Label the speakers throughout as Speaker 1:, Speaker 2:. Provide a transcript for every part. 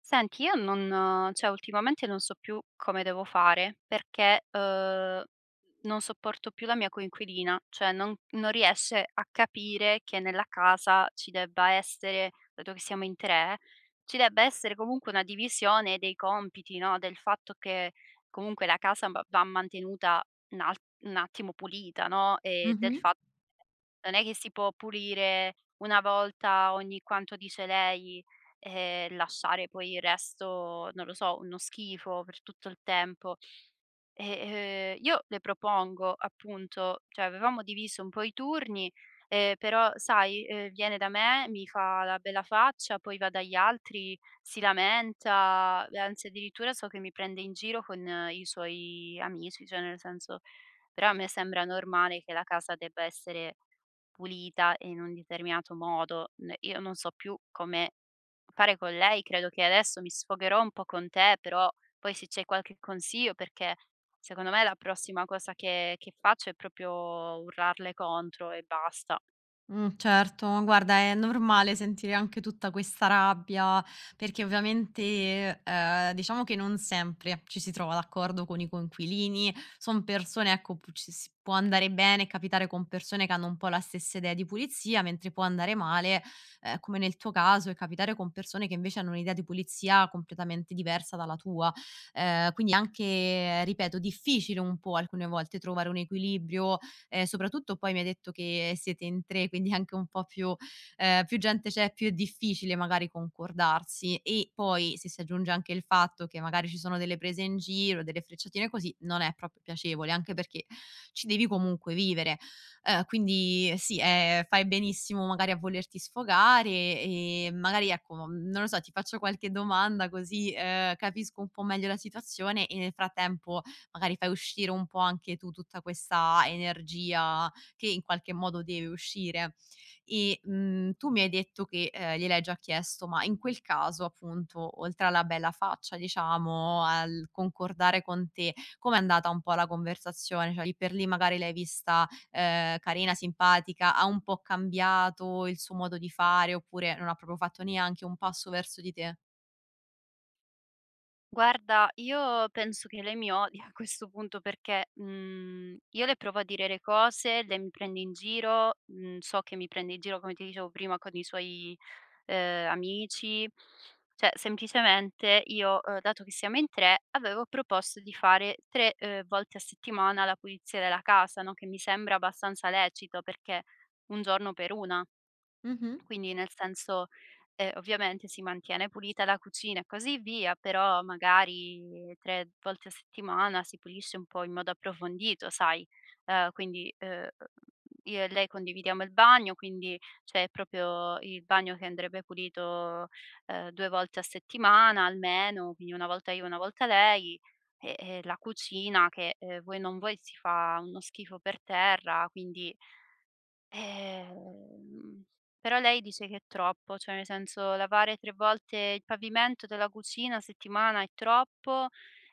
Speaker 1: Senti, io non ultimamente non so più come devo fare perché, non sopporto più la mia coinquilina, cioè non riesce a capire che nella casa ci debba essere, dato che siamo in 3, ci debba essere comunque una divisione dei compiti, no, del fatto che comunque la casa va mantenuta un al un attimo pulita, no, e del
Speaker 2: Mh-mh.
Speaker 1: fa non è che si può pulire una volta ogni quanto dice lei e lasciare poi il resto, non lo so, uno schifo per tutto il tempo. E, io le propongo appunto cioè avevamo diviso un po' i turni, però sai, viene da me, mi fa la bella faccia, poi va dagli altri, si lamenta, anzi addirittura so che mi prende in giro con i suoi amici, cioè nel senso però a me sembra normale che la casa debba essere pulita e in un determinato modo. N Io non so più come fare con lei, credo che adesso mi sfogherò un po' con te, però poi se c'hai qualche consiglio perché secondo me la prossima cosa che faccio è proprio urlarle contro e basta.
Speaker 2: Certo. Guarda, è normale sentire anche tutta questa rabbia, perché ovviamente, diciamo che non sempre ci si trova d'accordo con i coinquilini. Son persone, ecco, pu ci si può andare bene e capitare con persone che hanno un po' la stessa idea di pulizia, mentre può andare male, come nel tuo caso, e capitare con persone che invece hanno un'idea di pulizia completamente diversa dalla tua. Quindi anche, ripeto, difficile un po' alcune volte trovare un equilibrio. Soprattutto poi mi hai detto che siete in 3, quindi anche un po' più più gente c'è, più è difficile magari concordarsi. E poi se si aggiunge anche il fatto che magari ci sono delle prese in giro, delle frecciatine così, non è proprio piacevole, anche perché ci devi comunque vivere. Quindi sì, fai benissimo magari a volerti sfogare e magari ecco, non lo so, ti faccio qualche domanda così, capisco un po' meglio la situazione e nel frattempo magari fai uscire un po' anche tu tutta questa energia che in qualche modo deve uscire. E, tu mi hai detto che, gliel'hai già chiesto, ma in quel caso appunto, oltre alla bella faccia diciamo, al concordare con te, com'è andata un po' la conversazione? Cioè lì per lì magari l'hai vista, carina, simpatica, ha un po' cambiato il suo modo di fare oppure non ha proprio fatto neanche un passo verso di te?
Speaker 1: Guarda, io penso che lei mi odia a questo punto perché, mhmm, io le provo a dire le cose, lei mi prende in giro, mhmm, so che mi prende in giro, come ti dicevo prima, con i suoi, amici. Cioè, semplicemente io, dato che siamo in 3, avevo proposto di fare 3, volte a settimana la pulizia della casa, no, che mi sembra abbastanza lecito perché 1 giorno per una.
Speaker 2: Mh-mh.
Speaker 1: Quindi nel senso, ovviamente si mantiene pulita la cucina e così via, però magari 3 volte a settimana si pulisce un po' in modo approfondito, sai. Ehm, quindi, ehm, io e lei condividiamo il bagno, quindi c'è proprio il bagno che andrebbe pulito, 2 volte a settimana almeno, quindi 1 volta io, 1 volta lei, e la cucina che, vuoi non vuoi si fa uno schifo per terra, quindi Ehm, però lei dice che è troppo, cioè nel senso lavare 3 volte il pavimento della cucina a settimana è troppo,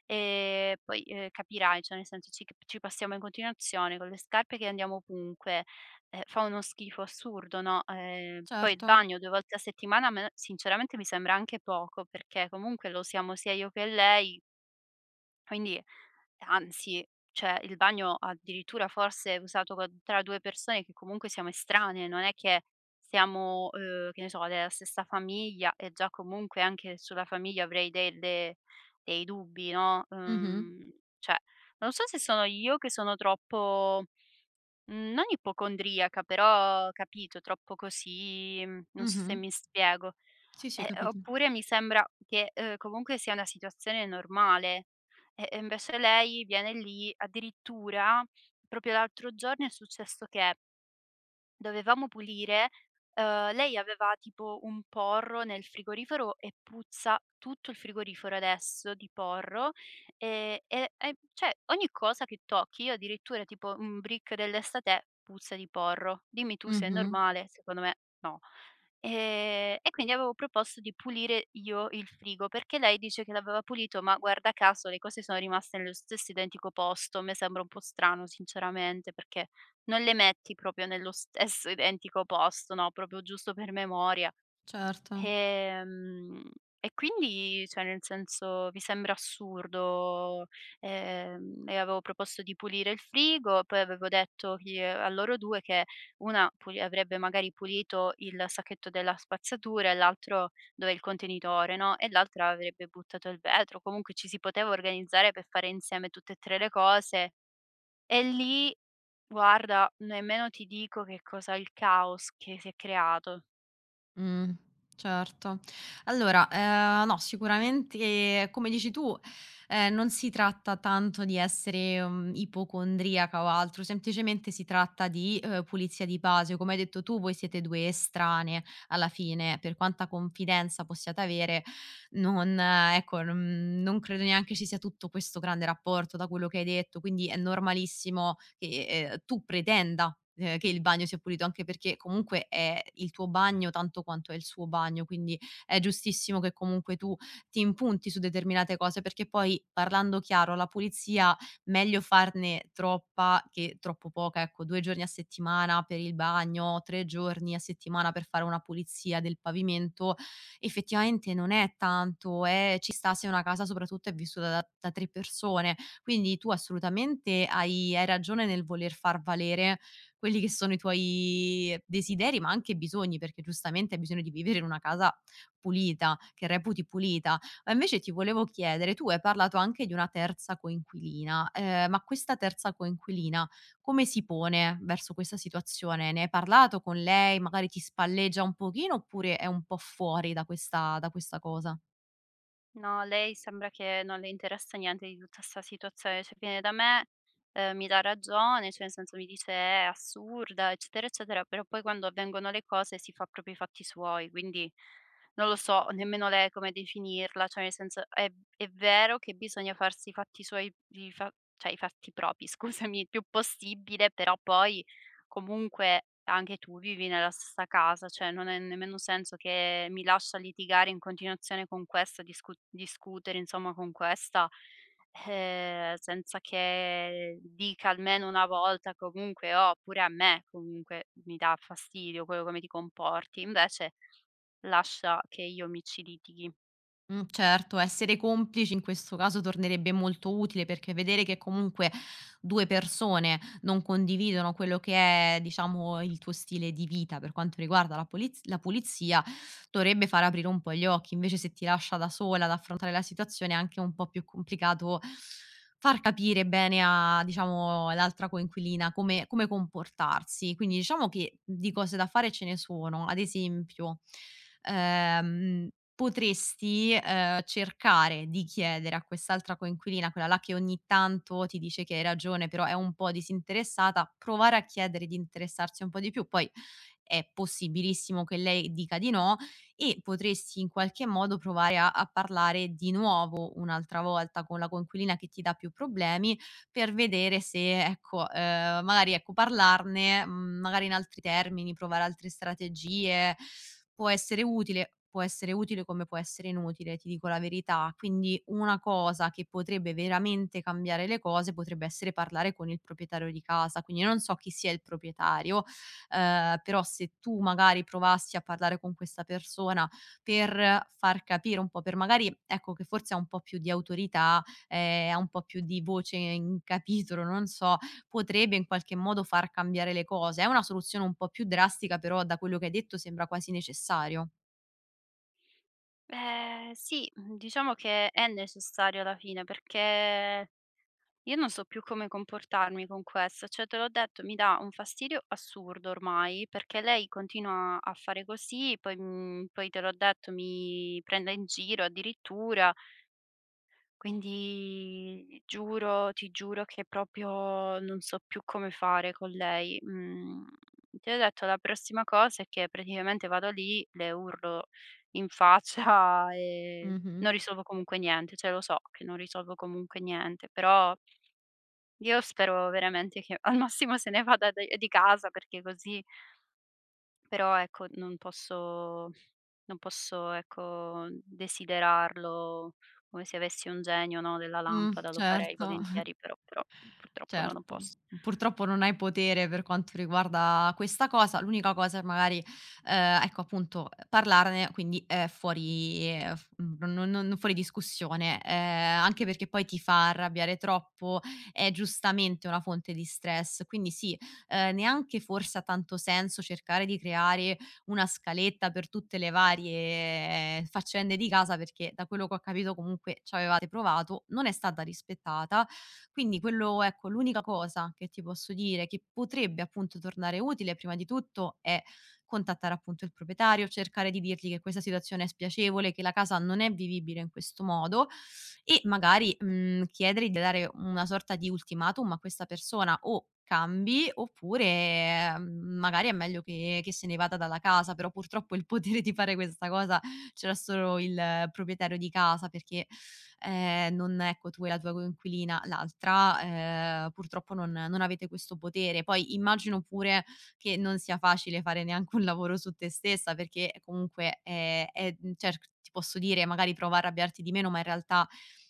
Speaker 1: poi, capirai, cioè nel senso ci passiamo in continuazione con le scarpe che andiamo ovunque, fa uno schifo assurdo, no, poi il
Speaker 2: Certo.
Speaker 1: bagno 2 volte a settimana a me sinceramente mi sembra anche poco, perché comunque lo usiamo sia io che lei quindi anzi, cioè il bagno addirittura forse è usato co tra 2 persone che comunque siamo estranee, non è che siamo, che ne so, della stessa famiglia e già comunque anche sulla famiglia avrei delle dei dubbi, no,
Speaker 2: Mh-mh.
Speaker 1: cioè non so se sono io che sono troppo. Mhmm, non ipocondriaca, però capito, troppo così, mhmm, non so se
Speaker 2: Mh-mh.
Speaker 1: mi spiego.
Speaker 2: Sì, sì, ho capito.
Speaker 1: Oppure mi sembra che, comunque sia una situazione normale. E invece lei viene lì addirittura proprio l'altro giorno è successo che dovevamo pulire, lei aveva tipo un porro nel frigorifero e puzza tutto il frigorifero adesso di porro, e cioè ogni cosa che tocchi, io addirittura tipo un brick dell'estate puzza di porro. Dimmi tu se è
Speaker 2: Mh-mh.
Speaker 1: normale, secondo me no. E quindi avevo proposto di pulire io il frigo, perché lei dice che l'aveva pulito, ma guarda caso le cose sono rimaste nello stesso identico posto. A me sembra un po' strano sinceramente, perché non le metti proprio nello stesso identico posto, no, proprio giusto per memoria.
Speaker 2: Certo.
Speaker 1: Ehm, e quindi, cioè nel senso, vi sembra assurdo. Le avevo proposto di pulire il frigo, poi avevo detto chi a loro 2 che una puli avrebbe magari pulito il sacchetto della spazzatura e l'altro dove è il contenitore, no, e l'altra avrebbe buttato il vetro. Comunque ci si poteva organizzare per fare insieme tutte e 3 le cose e lì, guarda, nemmeno ti dico che cosa il caos che si è creato.
Speaker 2: Mh. Certo. Allora, no, sicuramente come dici tu, non si tratta tanto di essere, ipocondriaca o altro, semplicemente si tratta di, pulizia di base. Come hai detto tu, voi siete 2 estranee alla fine, per quanta confidenza possiate avere non ecco, non credo neanche ci sia tutto questo grande rapporto da quello che hai detto, quindi è normalissimo che, tu pretenda, che il bagno sia pulito, anche perché comunque è il tuo bagno tanto quanto è il suo bagno, quindi è giustissimo che comunque tu ti impunti su determinate cose, perché poi, parlando chiaro, la pulizia meglio farne troppa che troppo poca, ecco, 2 giorni a settimana per il bagno, 3 giorni a settimana per fare una pulizia del pavimento, effettivamente non è tanto, ci sta se una casa soprattutto è vissuta da 3 persone. Quindi tu assolutamente hai ragione nel voler far valere quelli che sono i tuoi desideri, ma anche bisogni, perché giustamente hai bisogno di vivere in una casa pulita, che reputi pulita. Ma invece ti volevo chiedere, tu hai parlato anche di una terza coinquilina, ma questa terza coinquilina come si pone verso questa situazione? Ne hai parlato con lei? Magari ti spalleggia un pochino oppure è un po' fuori da questa cosa?
Speaker 1: No, lei sembra che non le interessa niente di tutta 'sta situazione, cioè viene da me, mi dà ragione, cioè nel senso mi dice: "È assurda", eccetera, eccetera, però poi quando avvengono le cose si fa proprio i fatti suoi, quindi non lo so nemmeno lei come definirla, cioè nel senso è vero che bisogna farsi i fatti suoi i fa cioè i fatti propri, scusami, il più possibile, però poi comunque anche tu vivi nella stessa casa, cioè non ha nemmeno senso che mi lascia litigare in continuazione con questa, discutere insomma con questa, senza che dica almeno una volta comunque: "Oh, pure a me comunque mi dà fastidio quello come ti comporti." Invece lascia che io mi ci litighi.
Speaker 2: Certo, essere complici in questo caso tornerebbe molto utile, perché vedere che comunque 2 persone non condividono quello che è, diciamo, il tuo stile di vita per quanto riguarda la puliz la pulizia, dovrebbe far aprire un po' gli occhi. Invece se ti lascia da sola ad affrontare la situazione è anche un po' più complicato far capire bene a diciamo l'altra coinquilina come comportarsi. Quindi diciamo che di cose da fare ce ne sono. Ad esempio, ehm, potresti, cercare di chiedere a quest'altra coinquilina, quella là che ogni tanto ti dice che hai ragione, però è un po' disinteressata, provare a chiedere di interessarsi un po' di più. Poi è possibilissimo che lei dica di no, e potresti in qualche modo provare a parlare di nuovo un'altra volta con la coinquilina che ti dà più problemi, per vedere se ecco, magari ecco parlarne, magari in altri termini, provare altre strategie, può essere utile come può essere inutile, ti dico la verità. Quindi una cosa che potrebbe veramente cambiare le cose, potrebbe essere parlare con il proprietario di casa, quindi non so chi sia il proprietario. Però se tu magari provassi a parlare con questa persona per far capire un po', per magari ecco, che forse ha un po' più di autorità, ha un po' più di voce in capitolo, non so, potrebbe in qualche modo far cambiare le cose. È una soluzione un po' più drastica, però da quello che hai detto sembra quasi necessario.
Speaker 1: Sì, mhmm, diciamo che è necessario alla fine perché io non so più come comportarmi con questa, cioè te l'ho detto, mi dà un fastidio assurdo ormai, perché lei continua a fare così, poi, mhmm, poi te l'ho detto mi prende in giro addirittura, quindi giuro, ti giuro che proprio non so più come fare con lei. Mhmm, ti ho detto la prossima cosa è che praticamente vado lì, le urlo in faccia e
Speaker 2: Mh-mh.
Speaker 1: non risolvo comunque niente, cioè lo so che non risolvo comunque niente, però io spero veramente che al massimo se ne vada de di casa perché così però ecco non posso ecco desiderarlo come se avessi un genio, no, della lampada, lo farei
Speaker 2: Certo.
Speaker 1: volentieri però purtroppo no, non
Speaker 2: Certo,
Speaker 1: posso.
Speaker 2: purtroppo non hai potere per quanto riguarda questa cosa. L'unica cosa è magari, ecco appunto, parlarne quindi è fuori non fuori discussione, anche perché poi ti fa arrabbiare troppo, è giustamente una fonte di stress. Quindi sì, neanche forse ha tanto senso cercare di creare una scaletta per tutte le varie faccende di casa, perché da quello che ho capito comunque c'avevate provato, non è stata rispettata quindi quello ecco, l'unica cosa che ti posso dire che potrebbe appunto tornare utile prima di tutto è contattare appunto il proprietario, cercare di dirgli che questa situazione è spiacevole, che la casa non è vivibile in questo modo e magari, chiedere di dare una sorta di ultimatum a questa persona: o cambi oppure, magari è meglio che se ne vada dalla casa, però purtroppo il potere di fare questa cosa ce l'ha solo il proprietario di casa, perché non ecco, tu e la tua coinquilina, l'altra, purtroppo non avete questo potere. Poi immagino pure che non sia facile fare neanche un lavoro su te stessa, perché comunque, cioè ti posso dire, magari prova a arrabbiarti di meno, ma in realtà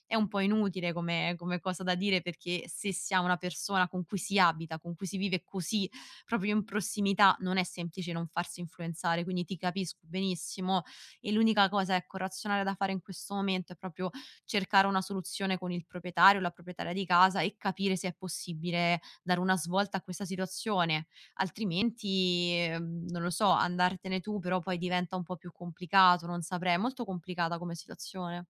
Speaker 2: è un po' inutile come cosa da dire, perché se si ha una persona con cui si abita, con cui si vive così proprio in prossimità, non è semplice non farsi influenzare, quindi ti capisco benissimo e l'unica cosa, ecco, razionale da fare in questo momento è proprio cercare una soluzione con il proprietario, la proprietaria di casa e capire se è possibile dare una svolta a questa situazione, altrimenti, non lo so, andartene tu però poi diventa un po' più complicato, non saprei, è molto complicata come situazione.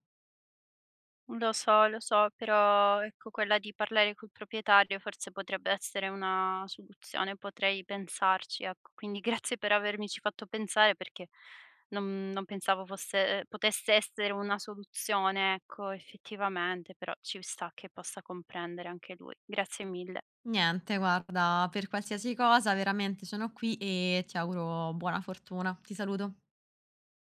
Speaker 1: Lo so, però ecco quella di parlare col proprietario forse potrebbe essere una soluzione, potrei pensarci, ecco. Quindi grazie per avermici fatto pensare perché non pensavo potesse essere una soluzione, ecco, effettivamente, però ci sta che possa comprendere anche lui. Grazie mille.
Speaker 2: Niente, guarda, per qualsiasi cosa veramente sono qui e ti auguro buona fortuna. Ti saluto.